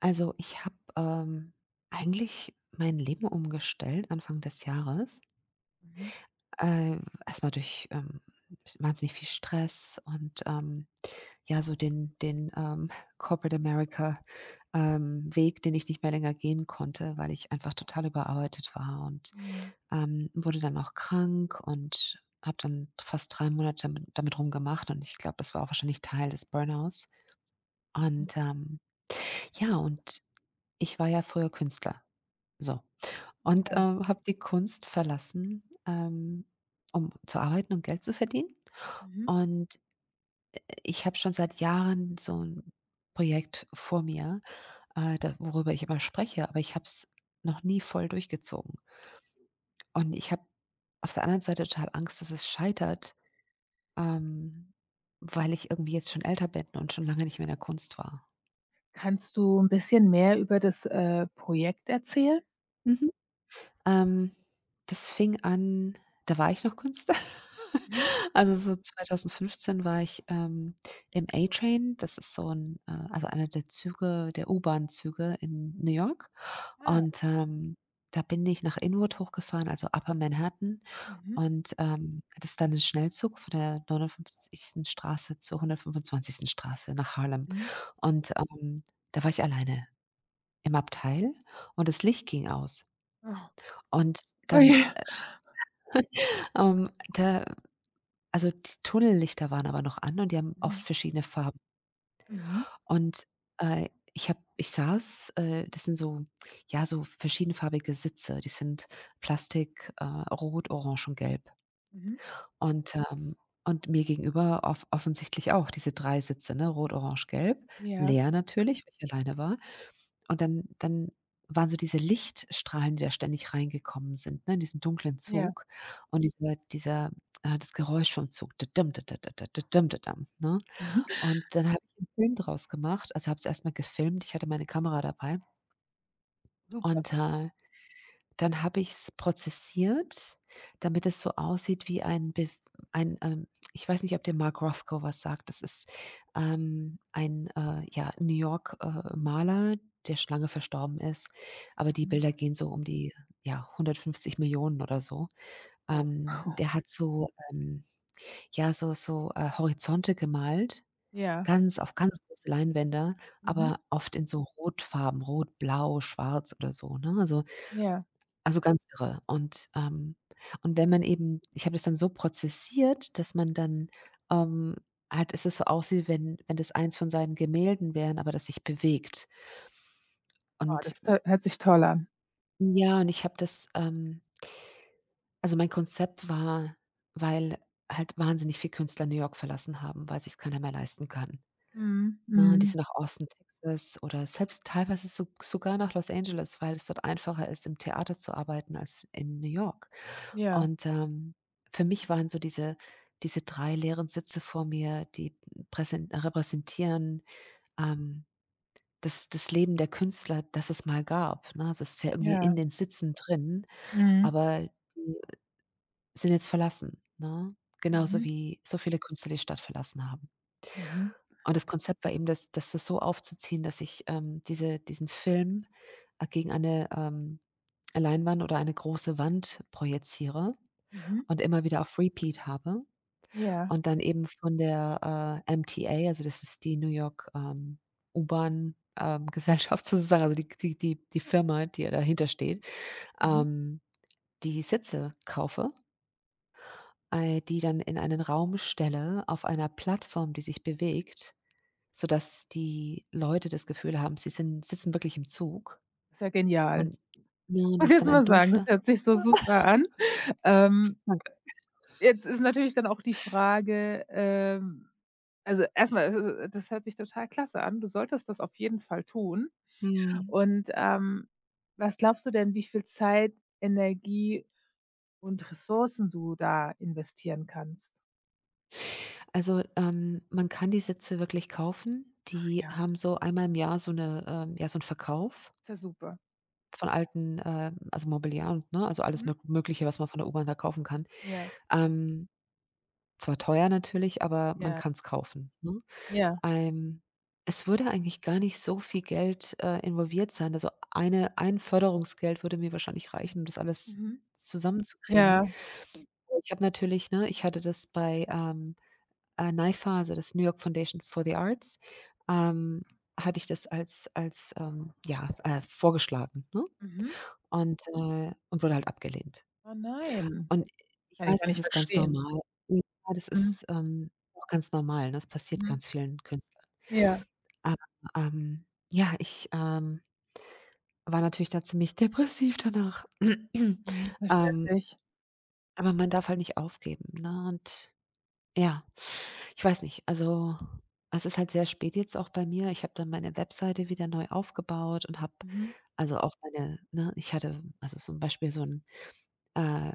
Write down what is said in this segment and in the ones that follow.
Also, ich habe, eigentlich mein Leben umgestellt Anfang des Jahres. Mhm, Äh, Erst durch, wahnsinnig viel Stress und, ja, so den Corporate America, Weg, den ich nicht mehr länger gehen konnte, weil ich einfach total überarbeitet war und, mhm, wurde dann auch krank und habe dann fast 3 Monate damit rumgemacht, und ich glaube, das war auch wahrscheinlich Teil des Burnouts. mhm. Und, ja, und ich war ja früher Künstler, so. Und, Ja. Habe die Kunst verlassen, um zu arbeiten und Geld zu verdienen. Mhm. Und ich habe schon seit Jahren so ein Projekt vor mir, da, worüber ich immer spreche, aber ich habe es noch nie voll durchgezogen. Und ich habe auf der anderen Seite total Angst, dass es scheitert, ähm, weil ich irgendwie jetzt schon älter bin und schon lange nicht mehr in der Kunst war. Kannst du 'n bisschen mehr über das, Projekt erzählen? Mhm. Ähm, das fing an, da war ich noch Künstler. Mhm. Also, so 2015 war ich, im A-Train. Das ist so ein, also einer der Züge, der U-Bahn-Züge in New York. Ah, Und, da bin ich nach Inwood hochgefahren, also Upper Manhattan. mhm, Und, das ist dann ein Schnellzug von der 59. Straße zur 125. Straße nach Harlem. mhm. Und, da war ich alleine im Abteil, und das Licht ging aus. Oh. Und Oh dann. je. Da Also, die Tunnellichter waren aber noch an, und die haben oft Mhm, verschiedene Farben. mhm, Und, äh, ich saß, das sind so, ja, so verschiedenfarbige Sitze. Die sind Plastik, rot, orange und gelb. mhm. Und, ähm und mir gegenüber offensichtlich auch diese 3 Sitze, ne, rot, orange, gelb, Ja, leer natürlich, weil ich alleine war. Und dann waren so diese Lichtstrahlen, die da ständig reingekommen sind, ne, in diesen dunklen ja. Zug, und dieser dieser das Geräusch vom Zug, dadum, dadadada, dadum, dadam, ne? Mhm. Und dann habe ich einen Film draus gemacht, also habe es erstmal gefilmt. Ich hatte meine Kamera dabei, Super. und, dann habe ich es prozessiert, damit es so aussieht wie ein Bew ein, ähm ich weiß nicht, ob dir Mark Rothko was sagt. Das ist, ein, ja, New York, Maler, der schon lange verstorben ist, aber die Mhm. Bilder gehen so um die, ja, 150 Millionen oder so. Oh. Der hat so, ja, so Horizonte gemalt, Ja. Ganz große Leinwände, Mhm. aber oft in so Rotfarben, rot, blau, schwarz oder so, ne? Also Ja. also, ganz irre. Und wenn man eben ich habe das dann so prozessiert, dass man dann, ähm halt, es ist so aussieht, wenn das eins von seinen Gemälden wären, aber das sich bewegt. Oh, Und, das to hört sich toll an. ja, und ich habe das, also, mein Konzept war, weil halt wahnsinnig viel Künstler New York verlassen haben, weil sich's keiner mehr leisten kann, Mhm. ne? Und die Mhm. sind nach Austin, Texas oder selbst teilweise so sogar nach Los Angeles, weil es dort einfacher ist, im Theater zu arbeiten als in New York. Ja, Und, für mich waren so diese 3 leeren Sitze vor mir, die präsen repräsentieren, ähm, das Leben der Künstler, das es mal gab, ne? Also, es ist ja irgendwie ja. in den Sitzen drin, Mhm. aber die sind jetzt verlassen, ne? Genauso Mhm, wie so viele Künstler die Stadt verlassen haben. mhm, Und das Konzept war eben, das so aufzuziehen, dass ich, diesen Film, gegen eine, Leinwand oder eine große Wand projiziere mhm. und immer wieder auf Repeat habe. Ja. Und dann eben von der, MTA, also das ist die New York, U-Bahn, Gesellschaft sozusagen, also die Firma, die ja dahinter steht, Mhm. ähm, die Sitze kaufe, die dann in einen Raum stelle auf einer Plattform, die sich bewegt, sodass die Leute das Gefühl haben, sie sind sitzen wirklich im Zug Ist ja genial. und, ja, Muss das ich ist jetzt dann ein mal sagen, das dunkler. hört sich so super an. Ähm Danke. Jetzt ist natürlich dann auch die Frage, also erstmal, das hört sich total klasse an. Du solltest das auf jeden Fall tun. Mhm. Und, was glaubst du denn, wie viel Zeit, Energie und Ressourcen du da investieren kannst? Also, man kann die Sätze wirklich kaufen. Ach Die ja, haben so einmal im Jahr so eine, ja, so 'n Verkauf ist ja super. von alten, also, Mobiliar und, ne, also, alles Mhm. Mögliche, was man von der U-Bahn da kaufen kann. Ja, Ähm, zwar teuer natürlich, aber man ja, kann es kaufen, ne? ja. Ähm, es würde eigentlich gar nicht so viel Geld, involviert sein. Also, ein Förderungsgeld würde mir wahrscheinlich reichen, um das alles Mhm. zusammenzukriegen. Ja. Ich habe natürlich, ne, ich hatte das bei, NYFA, also das New York Foundation for the Arts, ähm, hatte ich das als, ja, vorgeschlagen, ne? Mhm. Und wurde halt abgelehnt. Oh nein, Und ich kann ich weiß, gar das nicht ist ganz verstehen. normal. Ja, das Mhm. ist, auch ganz normal, ne? Das passiert Mhm. ganz vielen Künstlern. Ja. Aber, ähm, ja, ich, war natürlich da ziemlich depressiv danach. Mhm. Ähm, Verständlich. aber man darf halt nicht aufgeben, ne? Und ja. Ich weiß nicht, also, es ist halt sehr spät jetzt auch bei mir. Ich habe dann meine Webseite wieder neu aufgebaut und habe, Mhm. also, auch meine, ne, ich hatte, also, zum Beispiel, so ein, äh,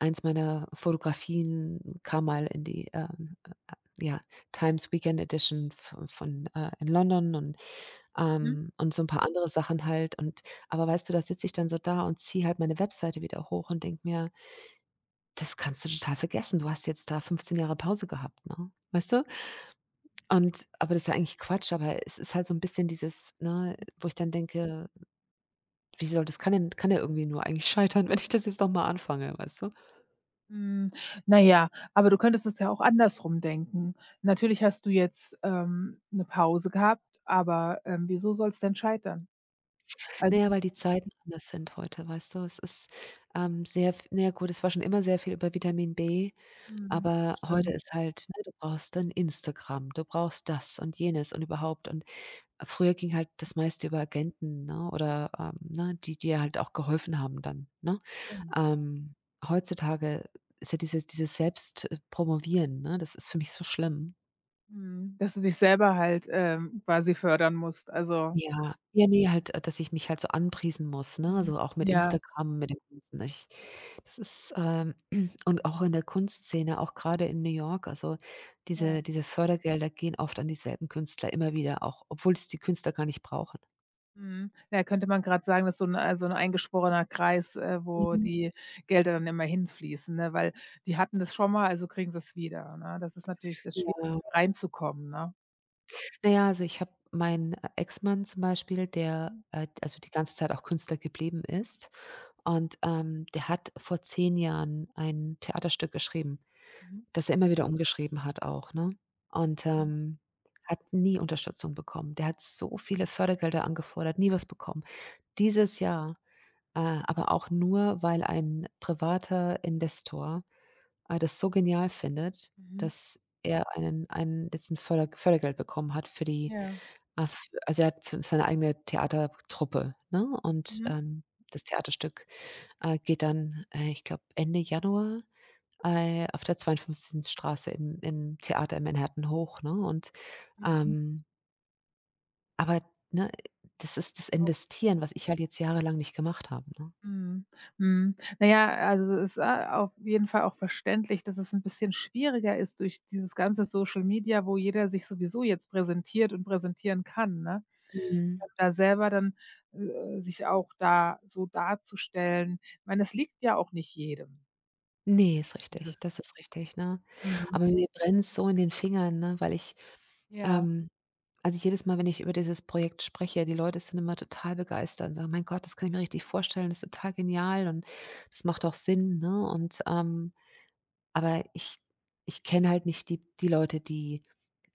eins meiner Fotografien kam mal in die, ja, Times Weekend Edition, v von, in London, und, Mhm. und so ein paar andere Sachen halt, und aber weißt du, da sitze ich dann so da und ziehe halt meine Webseite wieder hoch und denke mir: „Das kannst du total vergessen. Du hast jetzt da 15 Jahre Pause gehabt", ne? Weißt du? Und aber das ist ja eigentlich Quatsch, aber es ist halt so ein bisschen dieses, ne, wo ich dann denke: „Wie soll das, kann denn, kann ja irgendwie nur eigentlich scheitern, wenn ich das jetzt noch mal anfange", weißt du? Hm, na ja, aber du könntest es ja auch andersrum denken. Natürlich hast du jetzt, 'ne Pause gehabt, aber, wieso soll's denn scheitern? Also, Naja weil die Zeiten anders sind heute, weißt du? Es ist, sehr v na ja gut, es war schon immer sehr viel über Vitamin B, mhm, aber heute stimmt, ist halt, ne, du brauchst dann Instagram, du brauchst das und jenes und überhaupt und. Früher ging halt das meiste über Agenten, ne, oder, ne, die dir halt auch geholfen haben dann, ne? stimmt. Ähm, heutzutage ist ja dieses Selbstpromovieren, ne? Das ist für mich so schlimm. Mhm, dass du dich selber halt, quasi fördern musst. Also, Ja. Ja, ne, halt, dass ich mich halt so anpriesen muss, ne? mhm, Also, auch mit ja, Instagram, mit dem Ganzen. Ich das ist, und auch in der Kunstszene, auch gerade in New York, also, ja. diese Fördergelder gehen oft an dieselben Künstler immer wieder auch, obwohl es die Künstler gar nicht brauchen. Mhm. Ja, könnte man grad sagen, das ist so 'n eingeschworener Kreis, wo Mhm. die Gelder dann immer hinfließen, ne? Weil die hatten das schon mal, also kriegen sie's wieder, ne? Das ist natürlich das Schwierige, Ja. da reinzukommen, ne? Na ja, also ich habe meinen, Ex-Mann zum Beispiel, der, Mhm, also die ganze Zeit auch Künstler geblieben ist, und, der hat vor 10 Jahren ein Theaterstück geschrieben, das er immer wieder umgeschrieben hat auch, ne? Und, mhm. Hat nie Unterstützung bekommen. Der hat so viele Fördergelder angefordert, nie was bekommen. Dieses Jahr, äh, aber auch nur, weil ein privater Investor, das so genial findet, Mhm. dass er einen jetzt 'n Fördergeld bekommen hat für die. Ja. Ah, f also er hat, s seine eigene Theatertruppe, ne? Und, Mhm. Das Theaterstück, geht dann, ich glaube, Ende Januar, auf der 52. Straße im Theater in Manhattan hoch, ne? Und, Mhm. ähm aber, ne, das ist das Auch Investieren, was ich halt jetzt jahrelang nicht gemacht habe, ne? mhm. Mhm. Na ja, also, es ist, auf jeden Fall auch verständlich, dass es ein bisschen schwieriger ist durch dieses ganze Social Media, wo jeder sich sowieso jetzt präsentiert und präsentieren kann, ne? Mhm. Da selber dann, sich auch da so darzustellen. Ich meine, das liegt ja auch nicht jedem, Ne, ist richtig. dieses Das ist richtig, ne? mhm. Aber mir brennt's so in den Fingern, ne, weil ich, Ja. ähm Also, jedes Mal, wenn ich über dieses Projekt spreche, die Leute sind immer total begeistert und sagen: „Mein Gott, das kann ich mir richtig vorstellen, das ist total genial und das macht auch Sinn", ne? Aber ich kenne halt nicht die Leute, die,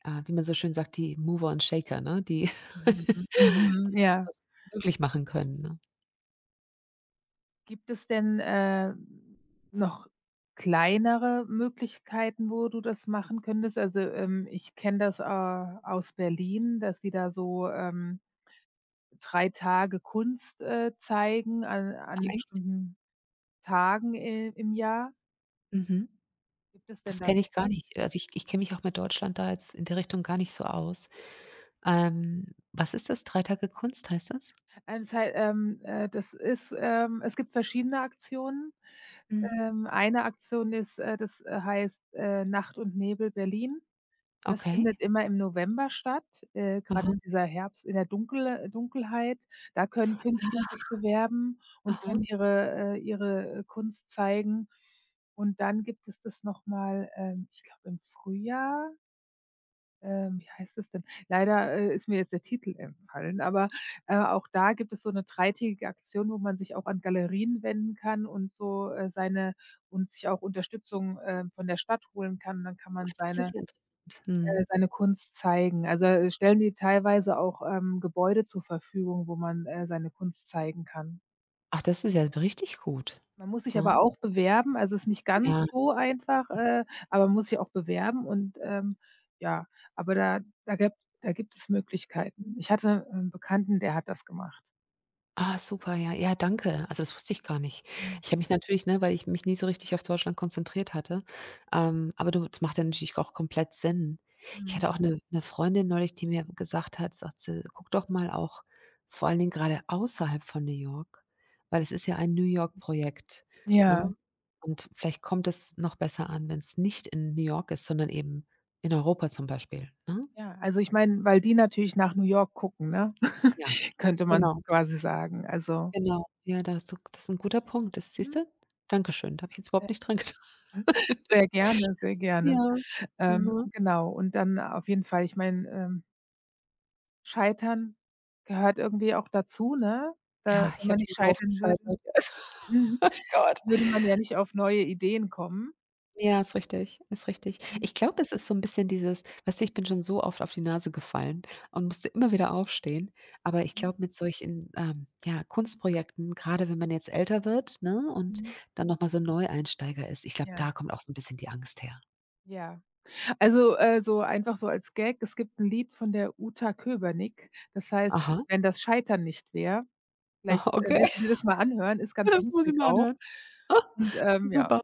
wie man so schön sagt, die Mover und Shaker, ne? Die Mhm. Mhm. die so Ja. was möglich machen können, ne? Gibt es denn, noch kleinere Möglichkeiten, wo du das machen könntest? Also, ich kenne das, aus Berlin, dass die da so, 3 Tage Kunst, zeigen an Ach an echt? bestimmten Tagen i im Jahr. Mhm. Gibt es denn Das da kenne ich gar sowas? nicht. Also, ich kenne mich auch mit Deutschland da jetzt in der Richtung gar nicht so aus. Was ist das? 3 Tage Kunst heißt das? Also, das ist, es gibt verschiedene Aktionen. Mhm. Eine Aktion ist, das heißt, „Nacht und Nebel Berlin“. Das Okay. findet immer im November statt, grade Aha. in dieser Herbst in der Dunkelheit. Da können Künstler sich bewerben und Aha. können ihre Kunst zeigen. Und dann gibt es das noch mal, ich glaube, im Frühjahr. Wie heißt es denn? Leider, ist mir jetzt der Titel entfallen, aber, auch da gibt es so eine dreitägige Aktion, wo man sich auch an Galerien wenden kann und so, seine und sich auch Unterstützung, von der Stadt holen kann. Dann kann Ach, man das ist seine ja interessant. äh, Mhm. seine Kunst zeigen. Also, stellen die teilweise auch, Gebäude zur Verfügung, wo man, seine Kunst zeigen kann. Ach, das ist ja richtig gut, Man muss sich ne? aber auch bewerben, also, ist nicht ganz Ja. so einfach, aber man muss sich auch bewerben und, ja, aber da gibt es Möglichkeiten. Ich hatte 'n Bekannten, der hat das gemacht. Ah, super, ja. Ja, danke. Also, das wusste ich gar nicht. Mhm, Ich habe mich natürlich, ne, weil ich mich nie so richtig auf Deutschland konzentriert hatte, aber du, das macht ja natürlich auch komplett Sinn. Ich mhm. hatte auch eine Freundin neulich, die mir gesagt hat, sagt sie: „Guck doch mal auch vor allen Dingen gerade außerhalb von New York, weil es ist ja ein New York-Projekt, Ja, ne? Und vielleicht kommt es noch besser an, wenn es nicht in New York ist, sondern eben in Europa zum Beispiel", ne? ja, also, ich meine, weil die natürlich nach New York gucken, ne? Ja, Könnte man genau. quasi sagen. Also, Genau. Ja, da hast du, das ist 'n guter Punkt. Das siehst mhm, du? Dankeschön. Da habe ich jetzt überhaupt äh, nicht dran gedacht. sehr gerne, sehr Ja, gerne. Ne? Genau, und dann auf jeden Fall ich meine, Scheitern gehört irgendwie auch dazu, ne? Da Ja, wenn ich man habe nicht schon so oft scheitern würde, gescheitert. Ja, also mhm, oh Gott. würde man ja nicht auf neue Ideen kommen. Ja, ist richtig, ist richtig. Mhm, Ich glaube, das ist so 'n bisschen dieses, weißt du, ich bin schon so oft auf die Nase gefallen und musste immer wieder aufstehen. Aber ich mhm, glaube, mit solchen, ja, Kunstprojekten, grade wenn man jetzt älter wird, ne, und mhm. dann noch mal so Neueinsteiger ist, ich glaube, Ja, da kommt auch so 'n bisschen die Angst her. ja. Also, so einfach so als Gag, es gibt ein Lied von der Uta Köbernick, das heißt: Aha. „Wenn das Scheitern nicht wäre, Vielleicht, Aha, okay. willst du dir das mal anhören, ist ganz Das muss ich lustig mal auch anhören. Ah, und, ja, super.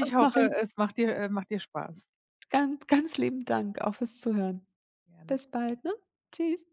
Das mache ich. hoffe, es macht dir Spaß. Ganz ganz lieben Dank auch fürs Zuhören. Gerne. Bis bald, ne? Tschüss.